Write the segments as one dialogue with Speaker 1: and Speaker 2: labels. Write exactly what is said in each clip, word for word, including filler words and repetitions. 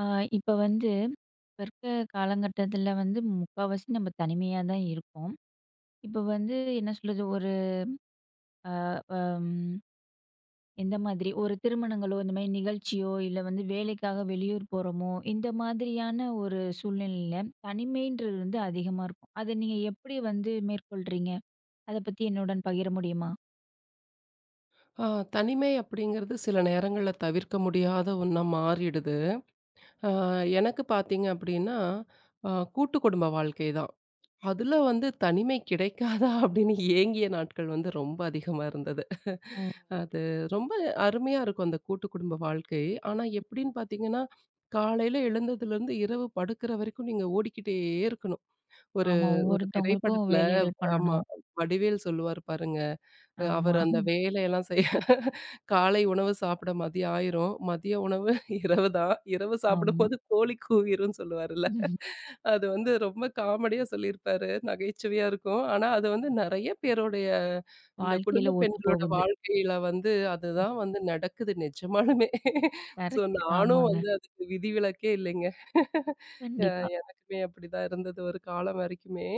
Speaker 1: ஆ, இப்ப வந்து இப்ப இருக்க காலகட்டத்துல வந்து முக்காவாசி நம்ம தனிமையா தான் இருக்கோம். இப்ப வந்து என்ன சொல்றது? ஒரு அ அம் எந்த மாதிரி ஒரு திருமணங்களோ, இந்த மாரி நிகழ்ச்சியோ, இல்ல வந்து வேலைக்காக வெளியூர் போறோமோ, இந்த மாதிரியான ஒரு சூழ்நிலையில தனிமைன்றது வந்து அதிகமா இருக்கும். அத நீங்க எப்படி வந்து மேற்கொள்றீங்க? அத பத்தி என்னுடன் பகிர முடியுமா?
Speaker 2: ஆ தனிமை அப்படிங்கிறது சில நேரங்கள்ல தவிர்க்க முடியாத ஒண்ணா மாறிடுது. ஆ எனக்கு பார்த்தீங்க அப்படின்னா, அ கூட்டு குடும்ப வாழ்க்கை தான். அதுல வந்து தனிமை கிடைக்காதா அப்படின்னு ஏங்கிய நாட்கள் வந்து ரொம்ப அதிகமா இருந்தது.
Speaker 1: ஓ!
Speaker 2: அது ரொம்ப அருமையா இருக்கும் அந்த கூட்டு குடும்ப வாழ்க்கை. ஆனா எப்படின்னு பார்த்தீங்கன்னா, காலையில எழுந்ததுலேருந்து இரவு படுக்கிற வரைக்கும் நீங்க ஓடிக்கிட்டே இருக்கணும். ஒரு
Speaker 1: ஆமா.
Speaker 2: ஒரு
Speaker 1: ஒவ்வொருத்தவங்களுக்கும்
Speaker 2: திரைப்படத்துல
Speaker 1: வேலைகள்
Speaker 2: ஆமா
Speaker 1: பண்ணணும்.
Speaker 2: வடிவேல் சொல்லுவாரு பாருங்க. அஹ் அவர்
Speaker 1: ஆமா,
Speaker 2: அந்த வேலையெல்லாம் செய்ய காலை உணவு சாப்பிட மதியம் ஆயிரும். மதிய உணவு இரவு தான். இரவு
Speaker 1: ஆமா.
Speaker 2: சாப்பிடும்போது கோழி கூவிரும்ன்னு சொல்லுவாருல்ல. அது வந்து ரொம்ப காமெடியா சொல்லியிருப்பாரு. நகைச்சுவையா இருக்கும். ஆனா அது வந்து நெறைய பேருடைய இந்த
Speaker 1: வாழ்க்கையில
Speaker 2: குடும்ப
Speaker 1: ஒத்து
Speaker 2: பெண்களோட
Speaker 1: போகுது.
Speaker 2: வாழ்க்கையில வந்து அதுதான் வந்து நடக்குது நிஜமாலுமே. So
Speaker 1: correct.
Speaker 2: நானும்
Speaker 1: ஆமாங்க.
Speaker 2: வந்து அதுக்கு விதிவிலக்கே இல்லைங்க. அ
Speaker 1: கண்டிப்பா.
Speaker 2: எனக்குமே அப்படிதான் இருந்தது ஒரு காலம் வரைக்குமே.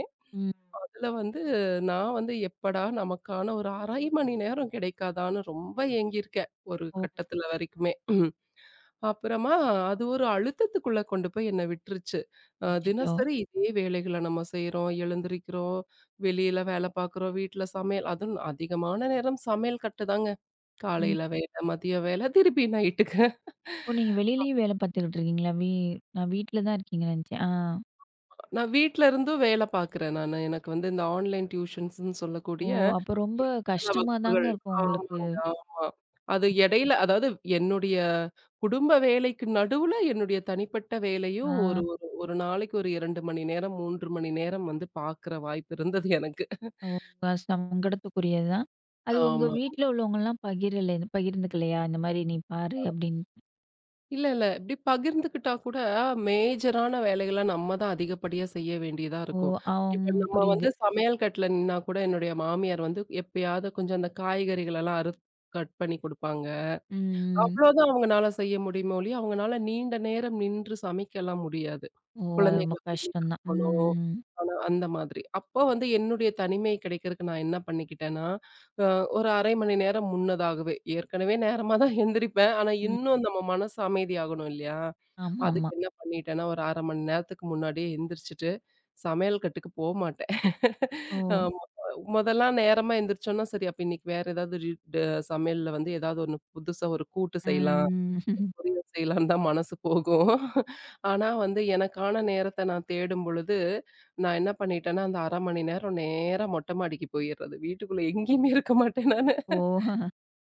Speaker 2: இதுல வந்து நான் வந்து எப்படா நமக்கான ஒரு அரை மணி நேரம் கிடைக்காதான்னு ரொம்ப ஏங்கியிருக்கேன். ஒரு
Speaker 1: ஓ!
Speaker 2: கட்டத்துல வரைக்குமே. ம். அப்புறமா அது ஒரு அழுத்தத்துக்குள்ள கொண்டு போய் என்ன விட்டுருச்சு. அ
Speaker 1: அச்சச்சோ!
Speaker 2: தினசரி இதே வேலைகள நம்ம செய்றோம், எழுந்திரிக்கிறோம், வெளியில வேல பார்க்குறோம், வீட்ல சமையல் அதுவும் அதிகமான நேரம் சமையல் கட்டு தாங்க.
Speaker 1: ம்.
Speaker 2: காலையில வேல, மதிய வேல, திருப்பி நைட்டுக்கு.
Speaker 1: ஓ! நீங்க வெளியிலயும் வேலை பார்த்துக்கிட்டு இருக்கீங்களா? வீ நான் வீட்ல தான் இருக்கீங்கன்னு நினச்சேன். ஆ.
Speaker 2: நான் வீட்ல இருந்தும் வேல பார்க்கிறேன் நானு. எனக்கு வந்து இந்த ஆன்லைன் டியூஷன்ஸ்ன்னு
Speaker 1: ஓ!
Speaker 2: சொல்லக்கூடிய
Speaker 1: அப்ப ரொம்ப
Speaker 2: இணையதள
Speaker 1: கஷ்டமா தாங்க
Speaker 2: வகுப்புகள்.
Speaker 1: இருக்கும் உங்களுக்கு.
Speaker 2: ஆமாங்க, ஆமா. அது இடையில அதாவது என்னுடைய குடும்ப வேலைக்கு நடுவுல என்னுடைய தனிப்பட்ட வேலையும்
Speaker 1: ஆ.
Speaker 2: ஒரு ஒரு ஒரு நாளைக்கு ஒரு இரண்டு மணி நேரம், மூன்று மணி நேரம் வந்து பார்க்கிற வாய்ப்பு இருந்தது எனக்கு.
Speaker 1: ஓ! அ சங்கடத்துக்குரியது தான். அது உங்க
Speaker 2: ஆமா.
Speaker 1: வீட்ல உள்ளவங்கலாம் பகிரல பகிர்ந்துக்கலையா? இந்த மாரி நீ பாரு அப்படின்னு.
Speaker 2: இல்ல, இல்ல. இப்டி பகிர்ந்துக்கிட்டா கூட மேஜரான வேலைகள நம்ம தான் அதிகப்படியா செய்ய வேண்டியதா
Speaker 1: ஓ!
Speaker 2: இருக்கும்.
Speaker 1: அம்
Speaker 2: இப்ப நம்ம வந்து
Speaker 1: புரியுது.
Speaker 2: சமையல் கட்டுல நின்னா கூட என்னுடைய மாமியார் வந்து எப்பயாவது கொஞ்சம் அந்த காய்கறிகளெல்லாம் அறுத் கட் பண்ணி குடுப்பாங்க.
Speaker 1: ம், ம்.
Speaker 2: அவ்வளோதான் அவங்கனால செய்ய முடியுமே ஒழிய, அவங்கனால நீண்ட நேரம் நின்று சமைக்கலாம் முடியாது.
Speaker 1: ஓ! அது ரொம்ப
Speaker 2: குழந்தைகள பள்ளிக்கு
Speaker 1: கஷ்டம் தான். ம்,
Speaker 2: அனுப்பணும்.
Speaker 1: ம்.
Speaker 2: ஆனா அந்த மாதிரி. அப்போ வந்து என்னுடைய தனிமை கிடைக்கிறதுக்கு நான் என்ன பண்ணிக்கிட்டேன்னா, அ ஒரு அரை மணி நேரம் முன்னதாகவே, ஏற்கனவே நேரமா தான் எந்திரிப்பேன். ஆனா
Speaker 1: ம்.
Speaker 2: இன்னும் நம்ம மனசு அமைதியாகணும் இல்லையா?
Speaker 1: ஆமா,
Speaker 2: அதுக்கு
Speaker 1: ஆமா.
Speaker 2: என்ன பண்ணிட்டேன்னா, ஒரு அரை மணி நேரத்துக்கு முன்னாடியே எந்திரிச்சுட்டு, சமையல் கட்டுக்கு போமாட்டேன்.
Speaker 1: ஓ!
Speaker 2: மொதல்லாம் நேரமா எந்திரிச்சோம்னா, சரி அப்ப இன்னைக்கு வேற ஏதாவது ரி ட சமையல்ல வந்து ஏதாவது ஒண்ணு புதுசா ஒரு கூட்டு செய்யலாம்,
Speaker 1: ம்.
Speaker 2: பொரியல் செய்யலான்னு தான் மனசு போகும். ஆனா வந்து எனக்கான நேரத்த நான் தேடும் பொழுது, நான் என்ன பண்ணிட்டேன்னா, அந்த அரை மணி நேரம் நேரா மொட்ட மாடிக்கு போயிர்றது. வீட்டுக்குள்ள எங்கேயுமே இருக்க மாட்டேன் நானு.
Speaker 1: ஓ!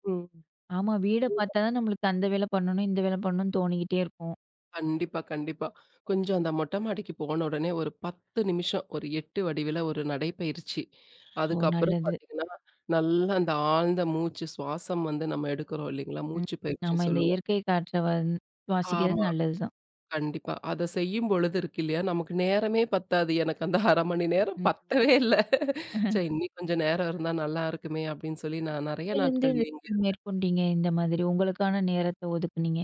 Speaker 2: ம்.
Speaker 1: ஆமா வீட பார்த்தா தான் நம்மளுக்கு அந்த வேலை பண்ணணும், இந்த வேலை பண்ணணும்னு தோணிக்கிட்டே இருக்கும்.
Speaker 2: கண்டிப்பா, கண்டிப்பா. கொஞ்சம் அந்த மொட்டை மாடிக்கு போன உடனே ஒரு பத்து நிமிஷம், ஒரு எட்டு வடிவில ஒரு நடைப்பயிற்சி.
Speaker 1: ஓ!
Speaker 2: அதுக்கப்புறம்
Speaker 1: நல்லது.
Speaker 2: பார்த்தீங்கன்னா, நல்லா அந்த ஆழ்ந்த மூச்சு சுவாசம் வந்து நம்ம எடுக்கிறோம் இல்லைங்களா?
Speaker 1: ம்.
Speaker 2: மூச்சு
Speaker 1: ஆமா.
Speaker 2: பயிற்சின்னு
Speaker 1: இந்த
Speaker 2: சொல்லுவோம்.
Speaker 1: இயற்கை காற்ற வந்து
Speaker 2: ஆமா,
Speaker 1: சுவாசிக்கிறது நல்லது தான்.
Speaker 2: கண்டிப்பா. அத செய்யும் பொழுது இருக்கு இல்லையா? நமக்கு நேரமே பத்தாது. எனக்கு அந்த அரை மணி நேரம்
Speaker 1: ம்.
Speaker 2: பத்தவே இல்ல. சரி இன்னும் கொஞ்சம் நேரம் இருந்தா நல்லா இருக்குமே! அப்படின்னு சொல்லி நான் நெறைய
Speaker 1: எப்பயிலேருந்து
Speaker 2: நாட்கள்
Speaker 1: இது
Speaker 2: ஏங்கி
Speaker 1: மேற்கொண்டீங்க? இந்த மாதிரி உங்களுக்கான நேரத்த ஒதுக்குனீங்க?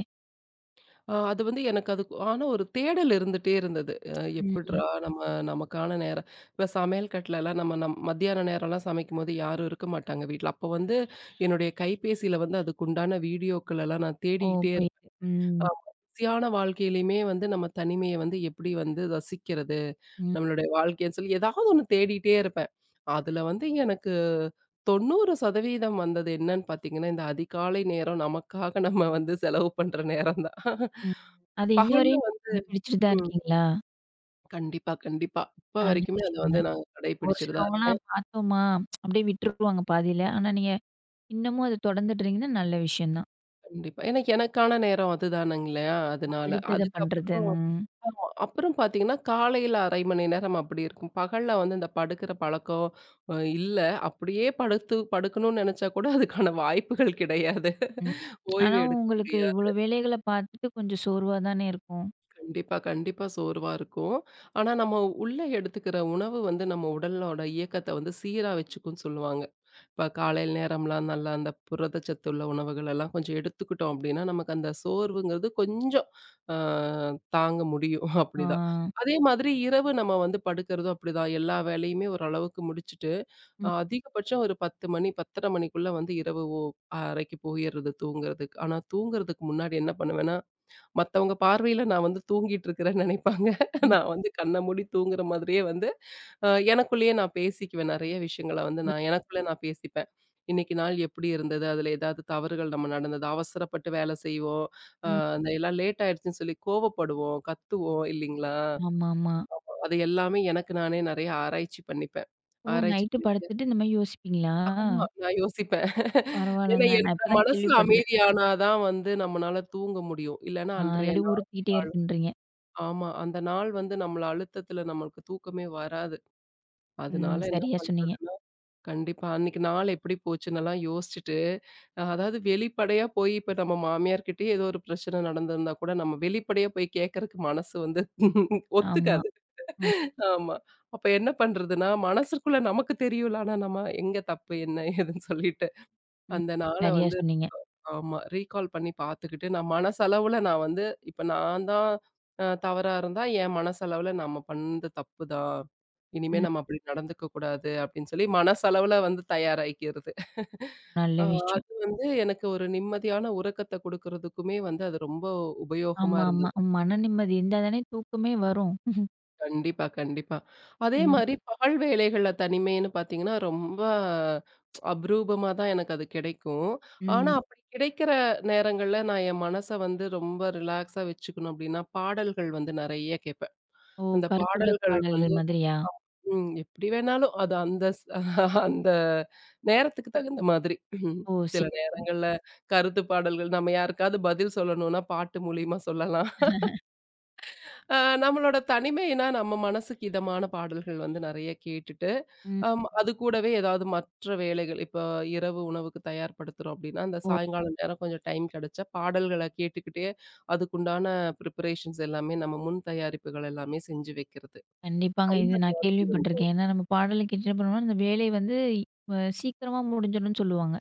Speaker 2: ஆ அது வந்து எனக்கு அதுக்கு ஆனா ஒரு தேடல் இருந்துட்டே இருந்தது. அ எப்புட்றா
Speaker 1: ம்.
Speaker 2: நம்ம நமக்கான நேரம் இப்ப சமையல் கட்டுலலாம் நம்ம நம் மத்தியான நேரம்லாம் சமைக்கும்போது யாரும் இருக்க மாட்டாங்க வீட்ல. அப்போ வந்து என்னுடைய கைபேசியில வந்து அதுக்குண்டான வீடியோக்கள் எல்லாம் நான்
Speaker 1: ஓ!
Speaker 2: தேடிக்கிட்டே இருப்பேன்.
Speaker 1: போயிட்டு. ம்.
Speaker 2: ஆமா. பிஸியான வாழ்க்கையிலயுமே வந்து நம்ம தனிமைய வந்து எப்படி வந்து ரசிக்கிறது?
Speaker 1: ம்.
Speaker 2: நம்மளுடைய வாழ்க்கைன்னு சொல்லி ஏதாவது ஒண்ணு தேடிட்டே இருப்பேன். அதுல வந்து எனக்கு தொண்ணூறு சதவீதம் வந்தது என்னன்னு பார்த்தீங்கன்னா, இந்த அதிகாலை நேரம் நமக்காக நம்ம வந்து செலவு பண்ற நேரம் தான்.
Speaker 1: ம். அது இன்ன
Speaker 2: பகல்ல
Speaker 1: வரையும் கடைபிடிச்சுட்டு தான்
Speaker 2: ம்.
Speaker 1: இருக்கீங்களா?
Speaker 2: கண்டிப்பா, கண்டிப்பா. இப்ப
Speaker 1: நல்ல
Speaker 2: வரைக்குமே அத
Speaker 1: விஷயங்க.
Speaker 2: வந்து நான்
Speaker 1: ஒரு
Speaker 2: கடைபிடிச்சுட்டு தான் இருக்கேன்.
Speaker 1: சிலவங்கலாம் பார்த்தோமா, அப்படியே விட்டுருவாங்க பாதியில. ஆனா நீங்க இன்னமும் அத தொடர்ந்துட்டுறீங்கன்னா நல்ல விஷயம் தான்.
Speaker 2: கண்டிப்பா. ஏன்னா எனக்கான நேரம் அதுதானங்க இல்லையா? அதனால.
Speaker 1: பிடித்தத
Speaker 2: அதுக்கப்புறம்
Speaker 1: பண்றது. ம்.
Speaker 2: ஆமா. அப்புறம் பார்த்தீங்கன்னா, காலையில அரை மணி நேரம் அப்படி இருக்கும். பகல்ல வந்து இந்த படுக்கிற பழக்கம் அ இல்ல. அப்படியே படுத்து படுக்கணும்னு நெனச்சா கூட அதுக்கான வாய்ப்புகள் கிடையாது.
Speaker 1: ம்.
Speaker 2: ஓய்வு
Speaker 1: ஆனா
Speaker 2: எடுக்க
Speaker 1: உங்களுக்கு
Speaker 2: முடியாது.
Speaker 1: இவ்வளோ வேலைகள பார்த்துட்டு கொஞ்சம் சோர்வா தானே இருக்கும்.
Speaker 2: கண்டிப்பா, கண்டிப்பா சோர்வா இருக்கும். ஆனா, நம்ம உள்ள எடுத்துக்கிற உணவு வந்து நம்ம உடலோட இயக்கத்த வந்து சீரா வச்சுக்கும்னு சொல்லுவாங்க. இப்போ காலையில் நேரம்லாம் நல்லா அந்த புரதச்சத்து உள்ள உணவுகள் எல்லாம் கொஞ்சம் எடுத்துக்கிட்டோம் அப்படின்னா, நமக்கு அந்த சோர்வுங்கிறது கொஞ்சம் அ தாங்க முடியும்.
Speaker 1: ஆ.
Speaker 2: அப்படிதான். அதே மாதிரி இரவு நம்ம வந்து படுக்கிறதும் அப்படிதான். எல்லா வேலையுமே ஓரளவுக்கு முடிச்சுட்டு, அ
Speaker 1: ம்.
Speaker 2: அதிகபட்சம் ஒரு பத்து மணி பத்து முப்பது மணிக்குள்ள வந்து இரவு ஓ அறைக்கு போயிறது தூங்குறதுக்கு. ஆனா தூங்குறதுக்கு முன்னாடி என்ன பண்ணுவேன்னா, மத்தவங்க பார்வையில நான் வந்து தூங்கிட்டு இருக்கிறேன்னு நினைப்பாங்க.
Speaker 1: ம்.
Speaker 2: நான் வந்து கண்ண மூடி தூங்குற மாதிரியே வந்து, அ எனக்குள்ளேயே நான் பேசிக்குவேன். நெறைய விஷயங்கள வந்து
Speaker 1: ஒ.
Speaker 2: நான் எனக்குள்ள நான் பேசிப்பேன். இன்னைக்கு நாள் எப்படி இருந்தது? அதுல ஏதாவது தவறுகள் நம்ம நடந்தது? அவசரப்பட்டு வேலை செய்வோம். அ
Speaker 1: ம்.
Speaker 2: அந்த எல்லாம் லேட் ஆயிடுச்சுன்னு சொல்லி கோவப்படுவோம், கத்துவோம் இல்லைங்களா?
Speaker 1: ஆமாமா.
Speaker 2: அது எல்லாமே எனக்கு நானே நெறைய ஆராய்ச்சி பண்ணிப்பேன்.
Speaker 1: ஓ!
Speaker 2: ஆராய்ச்சி
Speaker 1: நைட்டு
Speaker 2: பண்ணிட்டு
Speaker 1: படுத்துட்டு இந்த மாரி யோசிப்பீங்களா?
Speaker 2: ஆமா. நான் யோசிப்பேன். ஏன்னா
Speaker 1: பரவால்லங்க. நான்
Speaker 2: என்னோட
Speaker 1: இப்ப தான்
Speaker 2: மனசு
Speaker 1: கேள்விப்படுறேன்.
Speaker 2: அமைதியானா தான் வந்து நம்மனால தூங்க முடியும். இல்லன்னா
Speaker 1: ஆ
Speaker 2: அன்றைய
Speaker 1: இல்லாட்டி உறுத்திக்கிட்டே
Speaker 2: நாள்
Speaker 1: இருக்குன்றீங்க.
Speaker 2: ஆமா. அந்த நாள் வந்து நம்மள அழுத்தத்துல நம்மளுக்கு தூக்கமே வராது. அதனால
Speaker 1: ம்.
Speaker 2: என்ன
Speaker 1: சரியா சொன்னீங்க.
Speaker 2: பண்றதுன்னா கண்டிப்பா அன்னைக்கு நாள் எப்படி போச்சுன்னெல்லாம் யோசிச்சுட்டு, அஹ் அதாவது வெளிப்படையா போய் இப்ப நம்ம மாமியார்கிட்டயே ஏதோ ஒரு பிரச்சனை நடந்திருந்தா கூட நம்ம வெளிப்படையா போய் கேட்கறக்கு மனசு வந்து
Speaker 1: ஆமா.
Speaker 2: ஒத்துக்காது.
Speaker 1: ம்,
Speaker 2: ஆமா. அப்ப என்ன பண்றதுன்னா, மனசுக்குள்ள நமக்கு தெரியும்ல. ஆனா நம்ம எங்க தப்பு என்ன ஏதுன்னு சொல்லிட்டு
Speaker 1: ம்.
Speaker 2: அந்த நாள
Speaker 1: சரியா
Speaker 2: வந்து
Speaker 1: சொன்னீங்க.
Speaker 2: ஆமா. ரீகால் பண்ணி பார்த்துக்கிட்டு, நான் மனசளவுல நான் வந்து இப்ப நான் தான் அ தவறா இருந்தா, என் மனசளவுல நம்ம பண்ணது தப்பு தான். இனிமே
Speaker 1: ம்.
Speaker 2: நம்ம அப்படி நடந்துக்க கூடாது அப்படின்னு சொல்லி மனசளவுல வந்து தயாராயிக்கிறது.
Speaker 1: நல்ல
Speaker 2: அ
Speaker 1: விஷயம்.
Speaker 2: அது வந்து எனக்கு ஒரு நிம்மதியான உறக்கத்த குடுக்கறதுக்குமே வந்து அது ரொம்ப உபயோகமா
Speaker 1: ஆமா, ஆமா.
Speaker 2: இருந்தது.
Speaker 1: மன நிம்மதி இருந்தா தானே தூக்கமே வரும்.
Speaker 2: கண்டிப்பா, கண்டிப்பா. அதே
Speaker 1: ம்,
Speaker 2: மாரி பகல் வேளைகள்ல தனிமைன்னு பார்த்தீங்கன்னா, ரொம்ப அபரூபமா தான் எனக்கு அது கிடைக்கும். ஆனா,
Speaker 1: ம்.
Speaker 2: அப்படி கிடைக்கிற நேரங்கள்ல நான் என் மனச வந்து ரொம்ப ரிலாக்ஸா வச்சுக்கணும் அப்படின்னா, பாடல்கள் வந்து நெறைய கேட்பேன்.
Speaker 1: ஓ!
Speaker 2: அந்த
Speaker 1: கருத்துள்ள
Speaker 2: பாடல்கள்
Speaker 1: பாடல்கள்
Speaker 2: வந்து
Speaker 1: மாதிரியா?
Speaker 2: ம் எப்படி வேணாலும் அது அந்த ஸ் அந்த நேரத்துக்கு தகுந்த மாதிரி. ம்,
Speaker 1: ஓ!
Speaker 2: சில
Speaker 1: சரி.
Speaker 2: நேரங்கள்ல கருத்து பாடல்கள் நம்ம யாருக்காவது பதில் சொல்லணும்னா, பாட்டு மூலியமா சொல்லலாம். அ நம்மளோட தனிமைனா, நம்ம மனசுக்கு இதமான பாடல்கள் வந்து நெறைய கேட்டுட்டு,
Speaker 1: ம்.
Speaker 2: அம் அது கூடவே ஏதாவது மற்ற வேலைகள் இப்போ இரவு உணவுக்கு தயார்படுத்துறோம் அப்டின்னா, அந்த
Speaker 1: ஓ!
Speaker 2: சாயங்காலம் நேரம் கொஞ்சம் டைம் கிடைச்சா பாடல்கள கேட்டுக்கிட்டே, அதுக்குண்டான பிரிப்பரேஷன்ஸ் எல்லாமே நம்ம முன் தயாரிப்புகள் எல்லாமே செஞ்சு வைக்கிறது.
Speaker 1: கண்டிப்பாங்க. இது
Speaker 2: அந்த
Speaker 1: நான்
Speaker 2: மாதிரி வந்து
Speaker 1: கேள்விப்பட்டுருக்கேன். ஏன்னா நம்ம பாடல கேட்டுட்டு போனோம்னா, அந்த வேலை வந்து அ சீக்கிரமா முடிஞ்சிடும்னு சொல்லுவாங்க.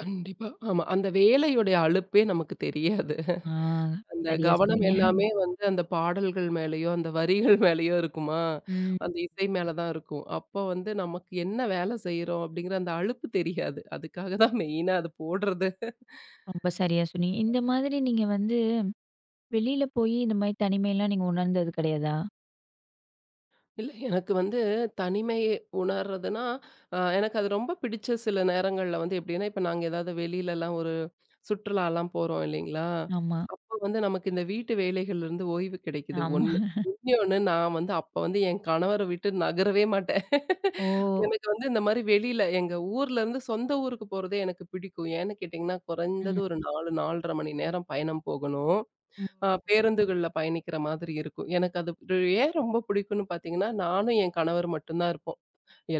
Speaker 2: கண்டிப்பா. ஆமா. அந்த வேலையுடைய அலுப்பே நமக்கு தெரியாது.
Speaker 1: ஆ
Speaker 2: அந்த
Speaker 1: சரியா
Speaker 2: கவனம்
Speaker 1: சொன்னீங்க.
Speaker 2: எல்லாமே வந்து அந்த பாடல்கள் மேலயோ, அந்த வரிகள் மேலயோ இருக்குமா?
Speaker 1: ம்.
Speaker 2: அந்த இசை மேல தான் இருக்கும். அப்போ வந்து நமக்கு என்ன வேலை செய்றோம் அப்படிங்கிற அந்த அலுப்பு தெரியாது. அதுக்காக தான் மெயினா அது போடுறது.
Speaker 1: ரொம்ப சரியா சொன்னீங்க. இந்த மாதிரி நீங்க வந்து வெளியில போயி இந்த மாரி தனிமைலாம் நீங்க உணர்ந்தது கிடையாதா?
Speaker 2: இல்ல, எனக்கு வந்து தனிமை உணர்றதுன்னா, அ எனக்கு அது ரொம்ப பிடிச்ச சில நேரங்கள்ல வந்து எப்படின்னா, இப்ப நாங்க ஏதாவது வெளியிலலாம் ஒரு சுற்றுலாலாம் போறோம் இல்லைங்களா?
Speaker 1: ஆமா.
Speaker 2: அப்போ வந்து நமக்கு இந்த வீட்டு வேலைகள்லேருந்து ஓய்வு கிடைக்குது
Speaker 1: ஆமா.
Speaker 2: ஒண்ணு. இன்னொன்னு நான் வந்து அப்ப வந்து என் கணவர விட்டு நகரவே மாட்டேன்.
Speaker 1: ஓ!
Speaker 2: எனக்கு வந்து இந்த மாரி வெளியில எங்க ஊர்லேருந்து சொந்த ஊருக்கு போறதே எனக்கு பிடிக்கும். ஏன்னு கேட்டிங்கன்னா, குறைந்தது
Speaker 1: ம்.
Speaker 2: ஒரு நான்கு, நான்கு அரை மணி நேரம் பயணம் போகணும்.
Speaker 1: ம்.
Speaker 2: அ பேருந்துகள்ல பயணிக்கிற மாதிரி இருக்கும். எனக்கு அது ரு- ஏன் ரொம்ப பிடிக்கும்னு பார்த்தீங்கன்னா, நானும் என் கணவர் மட்டும் தான் இருப்போம்.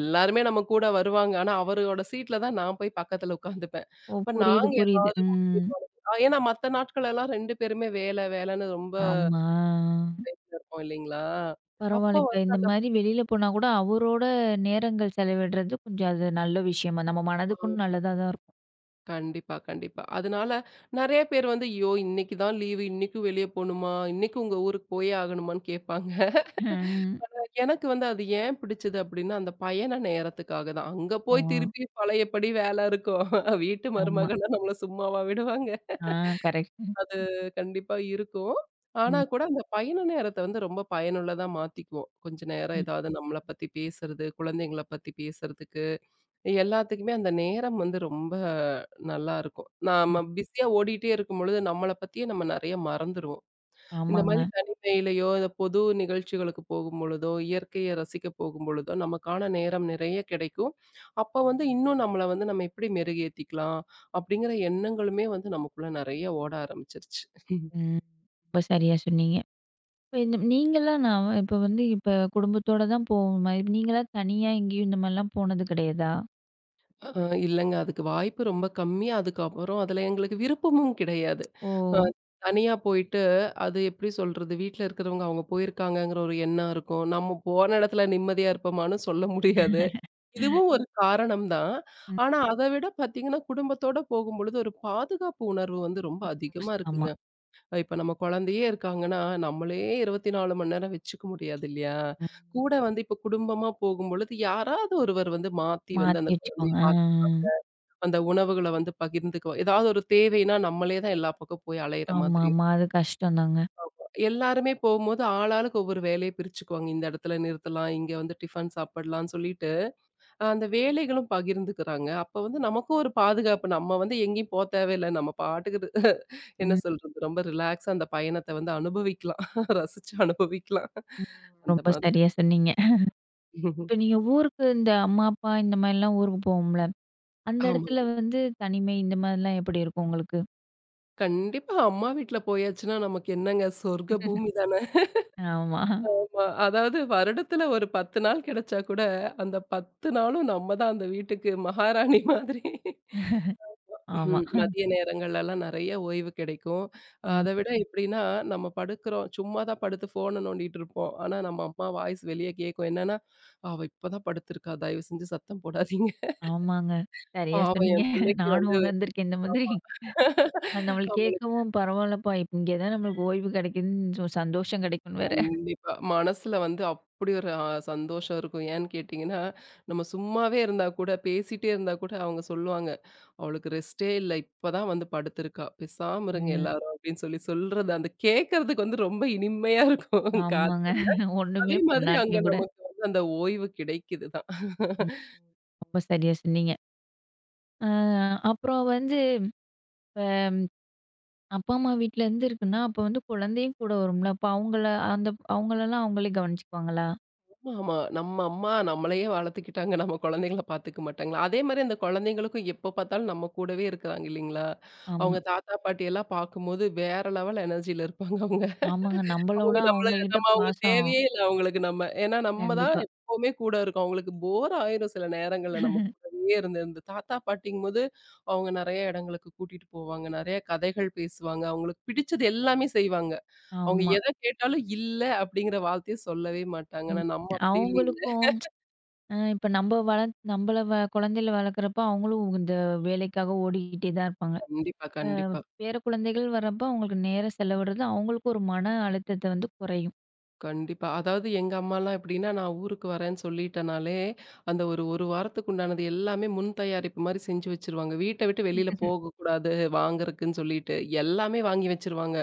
Speaker 2: எல்லாருமே நம்ம கூட வருவாங்க. ஆனா அவரோட சீட்ல தான் நான் போய் பக்கத்துல உட்காந்துப்பேன்.
Speaker 1: ஓ!
Speaker 2: அப்ப
Speaker 1: புரியுது,
Speaker 2: நாங்க என்ன
Speaker 1: புரியுது. ம்.
Speaker 2: பண்ணுவோம்? ஆஹ் ஏன்னா மத்த நாட்கள் எல்லாம் இரண்டு பேருமே வேல வேலைன்னு ரொம்ப
Speaker 1: ஆமா.
Speaker 2: டைட்ல இருப்போம் இல்லைங்களா? அப்போ
Speaker 1: பரவால்ல. இப்ப
Speaker 2: வந்து
Speaker 1: இந்த மாரி வெளியில போனா கூட அவரோட நேரங்கள் செலவிடுறது கொஞ்சம் அது நல்ல விஷயமா நம்ம மனதுக்கும் நல்லதா தான் இருக்கும்.
Speaker 2: கண்டிப்பா, கண்டிப்பா. அதனால நெறைய பேர் வந்து, "ஐயோ! இன்னைக்கு தான் லீவு. இன்னைக்கும் வெளிய போணுமா? இன்னைக்கும் உங்க ஊருக்கு போயே ஆகணுமான்னு?" கேட்பாங்க.
Speaker 1: ம்.
Speaker 2: எனக்கு வந்து அது ஏன் பிடிச்சது அப்டின்னா, அந்த பயண நேரத்துக்காக தான். அங்க
Speaker 1: ஓ!
Speaker 2: போய் திருப்பி பழையபடி வேல இருக்கும். வீட்டு
Speaker 1: ஆமா.
Speaker 2: மருமகள்னா நம்மள சும்மாவா விடுவாங்க.
Speaker 1: ஆ கரெக்ட்.
Speaker 2: அது கண்டிப்பா இருக்கும். ஆனா
Speaker 1: ம்.
Speaker 2: கூட அந்த பயண நேரத்த வந்து ரொம்ப பயனுள்ளதா மாத்திக்குவோம். கொஞ்ச நேரம்
Speaker 1: ம்.
Speaker 2: ஏதாவது நம்மள பத்தி பேசுறது, குழந்தைங்கள பத்தி பேசுறதுக்கு, எல்லாத்துக்குமே அந்த நேரம் வந்து ரொம்ப நல்லாருக்கும்.
Speaker 1: ம்.
Speaker 2: நாம பிஸியா ஓடிட்டே இருக்கும்பொழுது, நம்மள பத்தியே நம்ம நெறைய மறந்துருவோம். இந்த
Speaker 1: ஆமாங்க.
Speaker 2: மாதிரி தனிமையிலயோ, இந்த பொது நிகழ்ச்சிகளுக்கு போகும்பொழுதோ, இயற்கையை ரசிக்க போகும்பொழுதோ, நமக்கான நேரம் நிறைய கிடைக்கும். அப்ப வந்து இன்னும் நம்மள வந்து நம்ம எப்படி மெருகேத்திக்கலாம்? அப்படிங்கிற எண்ணங்களுமே வந்து நமக்குள்ள நெறைய ஓட ஆரம்பிச்சிருச்சு.
Speaker 1: ம். ரொம்ப சரியா சொன்னீங்க. இப்ப இந்த நீங்கலாம் நான் இப்ப வந்து இப்ப குடும்பத்தோட தான் போற மாரி நீங்களா தனியா எங்கேயும் இந்த மாரிலாம் போனது கிடையாதா?
Speaker 2: அ இல்லங்க அதுக்கு வாய்ப்பு ரொம்ப கம்மி. அதுக்கப்புறம் அதுல எங்களுக்கு விருப்பமும் கிடையாது.
Speaker 1: ஓ!
Speaker 2: அ தனியா போயிட்டு அது எப்படி சொல்றது? வீட்ல இருக்கிறவங்க அவங்க போயிருக்காங்கங்கிற ஒரு எண்ணம் இருக்கும். நம்ம போன இடத்துல நிம்மதியா இருப்போமான்னு சொல்ல முடியாது. இதுவும் ஒரு காரணம் தான்.
Speaker 1: ம்.
Speaker 2: ஆனா, அத விட பார்த்தீங்கன்னா, குடும்பத்தோட போகும்பொழுது ஒரு பாதுகாப்பு உணர்வு வந்து ரொம்ப அதிகமா
Speaker 1: ஆமா.
Speaker 2: இருக்குங்க. அஹ் இப்ப நம்ம குழந்தையே இருக்காங்கன்னா, நம்மளே இருபத்தி நான்கு மணி நேரம் வச்சுக்க முடியாது இல்லையா?
Speaker 1: ம்.
Speaker 2: கூட வந்து இப்ப குடும்பமா போகும்பொழுது, யாராவது ஒருவர் வந்து மாத்தி வந்து
Speaker 1: மாத்தி
Speaker 2: அந்த குழந்தைய
Speaker 1: வச்சுக்கோங்க. ஆ,
Speaker 2: பார்த்து அந்த உணவுகள வந்து பகிர்ந்துக்குவோம். ஏதாவது ஒரு தேவைன்னா, நம்மளே தான் எல்லா பக்கம் போய் அலையிற
Speaker 1: ஆ.
Speaker 2: மாதிரி இருக்கும்.
Speaker 1: ஆமாமா. அது கஷ்டம் தாங்க.
Speaker 2: எல்லாருமே போகும்போது ஆளாளுக்கு ஒவ்வொரு வேலைய பிரிச்சுக்குவாங்க. இந்த இடத்துல நிறுத்தலாம், இங்க வந்து டிஃபன் சாப்பிடலாம்னு சொல்லிட்டு, அஹ் அந்த வேலைகளும் பகிர்ந்துக்கிறாங்க. அப்ப வந்து நமக்கும் ஒரு பாதுகாப்பு. நம்ம வந்து எங்கேயும் போ தேவையில்ல. நம்ம பாட்டுக்கு இரு- என்ன
Speaker 1: ம்.
Speaker 2: சொல்றது? ரொம்ப ரிலாக்ஸா அந்த பயணத்த வந்து அனுபவிக்கலாம். ரசிச்சு அனுபவிக்கலாம்.
Speaker 1: ம்.
Speaker 2: அந்த
Speaker 1: ரொம்ப
Speaker 2: மாதிரி.
Speaker 1: சரியா சொன்னீங்க. இப்ப நீங்க ஊருக்கு இந்த அம்மா, அப்பா இந்த மாரிலாம் ஊருக்கு போவோம்ல, அந்த இடத்துல
Speaker 2: ஆமாங்க.
Speaker 1: வந்து தனிமை இந்த மாரிலாம் எப்படி இருக்கும் உங்களுக்கு?
Speaker 2: கண்டிப்பா அம்மா வீட்ல போயாச்சுன்னா நமக்கு என்னங்க சொர்க்க பூமி தானே.
Speaker 1: ஆமா,
Speaker 2: ஆமா. அதாவது வருடத்துல ஒரு பத்து நாள் கிடைச்சா கூட, அந்த பத்து நாளும் நம்ம தான் அந்த வீட்டுக்கு மகாராணி மாதிரி.
Speaker 1: ஆமா.
Speaker 2: ம். மதிய நேரங்கள்லலாம் நெறைய ஓய்வு கிடைக்கும். அத
Speaker 1: ம்.
Speaker 2: விட எப்படின்னா, நம்ம படுக்குறோம். சும்மா தான் படுத்து ஃபோன நோண்டிட்டு இருப்போம். ஆனா, நம்ம அம்மா வாய்ஸ் வெளிய கேட்கும். என்னன்னா, "அவ இப்ப தான் படுத்திருக்கா. தயவு செஞ்சு சத்தம் போடாதீங்க.
Speaker 1: ஆமாங்க. சரியா
Speaker 2: பாவம்
Speaker 1: சொன்னீங்க.
Speaker 2: என் புள்ளைக்கு
Speaker 1: நானும்
Speaker 2: வந்து"
Speaker 1: உணர்ந்திருக்கேன் இந்த மாதிரி.
Speaker 2: ஆமா.
Speaker 1: அது நம்மளுக்கு
Speaker 2: அவள
Speaker 1: கேட்கவும் பரவாயில்லப்பா, இங்கே தான் நம்மளுக்கு ஓய்வு கிடைக்குதுன்னு சோ சந்தோஷம் கிடைக்கும்னு வேற.
Speaker 2: கண்டிப்பா. மனசுல வந்து அப்படி ஒரு அ சந்தோஷம் இருக்கும். ஏன்னு கேட்டீங்கன்னா, நம்ம சும்மாவே இருந்தா கூட, பேசிட்டே இருந்தா கூட அவங்க சொல்லுவாங்க, "அவளுக்கு ரெஸ்ட்டே இல்ல. இப்பதான் வந்து படுத்திருக்கா. பேசாம இருங்க
Speaker 1: ம்.
Speaker 2: எல்லாரும்" அப்படின்னு சொல்லி சொல்றது, அந்த கேட்கறதுக்கு வந்து ரொம்ப இனிமையா இருக்கும்
Speaker 1: ஆமாங்க.
Speaker 2: காதுகள்ல.
Speaker 1: ஒண்ணுமே
Speaker 2: அதே மாதிரி அங்க
Speaker 1: பண்ணாட்டியும் கூட.
Speaker 2: நமக்கு வந்து அந்த ஓய்வு கிடைக்குது தான்.
Speaker 1: ம். ரொம்ப சரியா சொன்னீங்க. அ அப்புறம் வந்து இப்ப அப்பா, அம்மா வீட்ல இருந்து இருக்குன்னா, அப்ப வந்து குழந்தையும் கூட வரும்ல. அப்ப அவங்கள அந்த அவங்களலாம் அவங்களே கவனிச்சுக்குவாங்களா?
Speaker 2: ஆமா. நம்ம அம்மா நம்மளையே வளர்த்துக்கிட்டாங்க. நம்ம குழந்தைங்கள பார்த்துக்க மாட்டாங்களா? அதே மாரி அந்த குழந்தைங்களுக்கும் எப்போ பார்த்தாலும் நம்ம கூடவே இருக்கிறாங்க இல்லைங்களா? அவங்க
Speaker 1: ஆமா.
Speaker 2: தாத்தா, பாட்டி எல்லாம் பார்க்கும்போது வேற லெவல் எனர்ஜில இருப்பாங்க அவங்க.
Speaker 1: ஆமாங்க. நம்மளோட
Speaker 2: அவங்க நம்மள
Speaker 1: அவங்க கிட்ட
Speaker 2: அவங்க
Speaker 1: பாசம்.
Speaker 2: தேவையே இல்ல அவங்களுக்கு நம்ம. ஏன்னா நம்ம தான்
Speaker 1: கண்டிப்பா.
Speaker 2: எப்பவுமே கூட இருக்கோம். அவங்களுக்கு போர் ஆயிரும் சில நேரங்கள்ல நம்ம கூடவே இருந்து இருந்து. தாத்தா, பாட்டிங்கும்போது அவங்க நெறைய இடங்களுக்கு கூட்டிட்டு போவாங்க. நெறைய கதைகள் பேசுவாங்க. அவங்களுக்கு பிடிச்சது எல்லாமே செய்வாங்க. அவங்க
Speaker 1: ஆமா.
Speaker 2: எத கேட்டாலும் இல்ல அப்படிங்கிற வார்த்தைய சொல்லவே மாட்டாங்க.
Speaker 1: ம்.
Speaker 2: ஆனா நம்ம அப்படி இல்லைல.
Speaker 1: அவங்களுக்கும் அ இப்ப நம்ம வள நம்மள வ குழந்தையில வளர்க்குறப்ப அவங்களும் இந்த வேலைக்காக ஓடிக்கிட்டே தான் இருப்பாங்க.
Speaker 2: கண்டிப்பா,
Speaker 1: அ
Speaker 2: கண்டிப்பா,
Speaker 1: பேர குழந்தைகள் வரப்போ அவங்களுக்கு நேரம் செலவிடுறது, அவங்களுக்கு ஒரு மன அழுத்தத்த வந்து குறையும்.
Speaker 2: கண்டிப்பா. அதாவது எங்க அம்மாலாம் எப்படின்னா, நான் ஊருக்கு வரேன்னு சொல்லிட்டனாலே, அந்த ஒரு 1 வாரத்துக்கு உண்டானது எல்லாமே முன் தயாரிப்பு மாரி செஞ்சு வச்சுருவாங்க. வீட்ட விட்டு வெளியில போகக்கூடாது வாங்குறக்குன்னு சொல்லிட்டு, எல்லாமே வாங்கி வச்சுருவாங்க.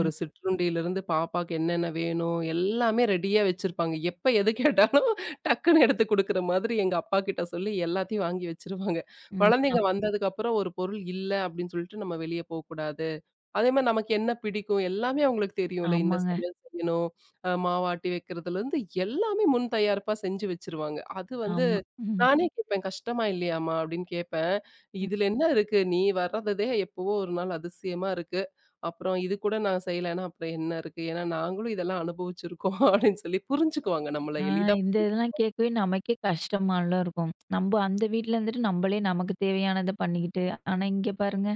Speaker 2: ஒரு சிற்றுண்டியிலிருந்து பாப்பாக்கு என்னென்ன வேணும், எல்லாமே ரெடியா வச்சிருப்பாங்க. எப்ப எது கேட்டாலும் டக்குன்னு எடுத்து குடுக்குற மாதிரி எங்க அப்பாகிட்ட சொல்லி எல்லாத்தையும் வாங்கி வச்சுருவாங்க.
Speaker 1: ம். அ
Speaker 2: குழந்தைங்க வந்ததுக்கப்புறம் ஒரு பொருள் இல்ல அப்படின்னு சொல்லிட்டு நம்ம வெளிய போக்கூடாது. அதே மாரி நமக்கு என்ன பிடிக்கும் எல்லாமே அவங்களுக்கு தெரியும்ல. இந்த
Speaker 1: ஆமாங்க.
Speaker 2: சமையல் செய்யணும், அ மாவாட்டி வைக்கிறதுலருந்து எல்லாமே முன் தயாரிப்பா செஞ்சு வச்சுருவாங்க. அது வந்து
Speaker 1: ஆமா. ம்.
Speaker 2: நானே கேட்பேன், "கஷ்டமா இல்லையாம்மா?" அப்படின்னு கேட்பேன்.
Speaker 1: ம்.
Speaker 2: "இதுல என்ன இருக்கு? நீ வர்றததே எப்பவோ ஒரு நாள் அதிசயமா இருக்கு. அப்புறம் இது கூட நான் செய்யலைன்னா அப்புறம் என்ன இருக்கு? ஏன்னா நாங்களும் இதெல்லாம் அனுபவிச்சிருக்கோம்" அப்படின்னு சொல்லி புரிஞ்சுக்குவாங்க நம்மள
Speaker 1: ஆ
Speaker 2: எளிதா.
Speaker 1: இந்த இதெல்லாம் கேட்கவே நமக்கே கஷ்டமால இருக்கும். நம்ப அந்த வீட்ல இருந்துட்டு நம்பளே நமக்கு தேவையானத பண்ணிக்கிட்டு, ஆனா இங்க பாருங்க,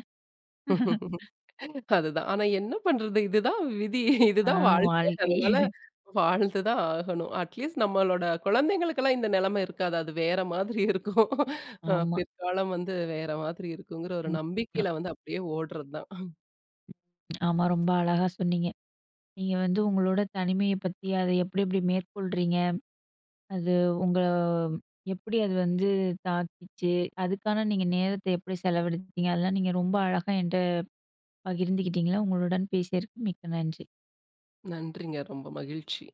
Speaker 2: அதுதான். ஆனா என்ன பண்றது? இதுதான் விதி.
Speaker 1: ஆ
Speaker 2: இதுதான் வாழ்க்கை.
Speaker 1: வாழ்க்கையே
Speaker 2: அதனால வாழ்ந்து தான் ஆகணும். அட்லீஸ்ட் நம்மளோட குழந்தைங்களுக்கெல்லாம் இந்த நிலைமை இருக்காது. அது வேற மாதிரி இருக்கும். அ
Speaker 1: ஆமா.
Speaker 2: பிற்காலம் வந்து வேற மாதிரி இருக்குங்கிற ஒரு
Speaker 1: ம்.
Speaker 2: நம்பிக்கையில வந்து அப்படியே ஓடுறது தான்.
Speaker 1: ஆமா ரொம்ப அழகா சொன்னீங்க. நீங்க வந்து உங்களோட தனிமைய பத்தி, அத எப்படி எப்படி மேற்கொள்றீங்க? அது உங்கள எப்படி அது வந்து தாக்கிச்சு? அதுக்கான நீங்க நேரத்த எப்படி செலவழித்தீங்க? அதெல்லாம் நீங்க ரொம்ப அழகா என்ட்ட பகிர்ந்துக்கிட்டீங்க. உங்களுடன் பேசியதற்கு மிக்க நன்றி.
Speaker 2: நன்றிங்க. ரொம்ப மகிழ்ச்சி.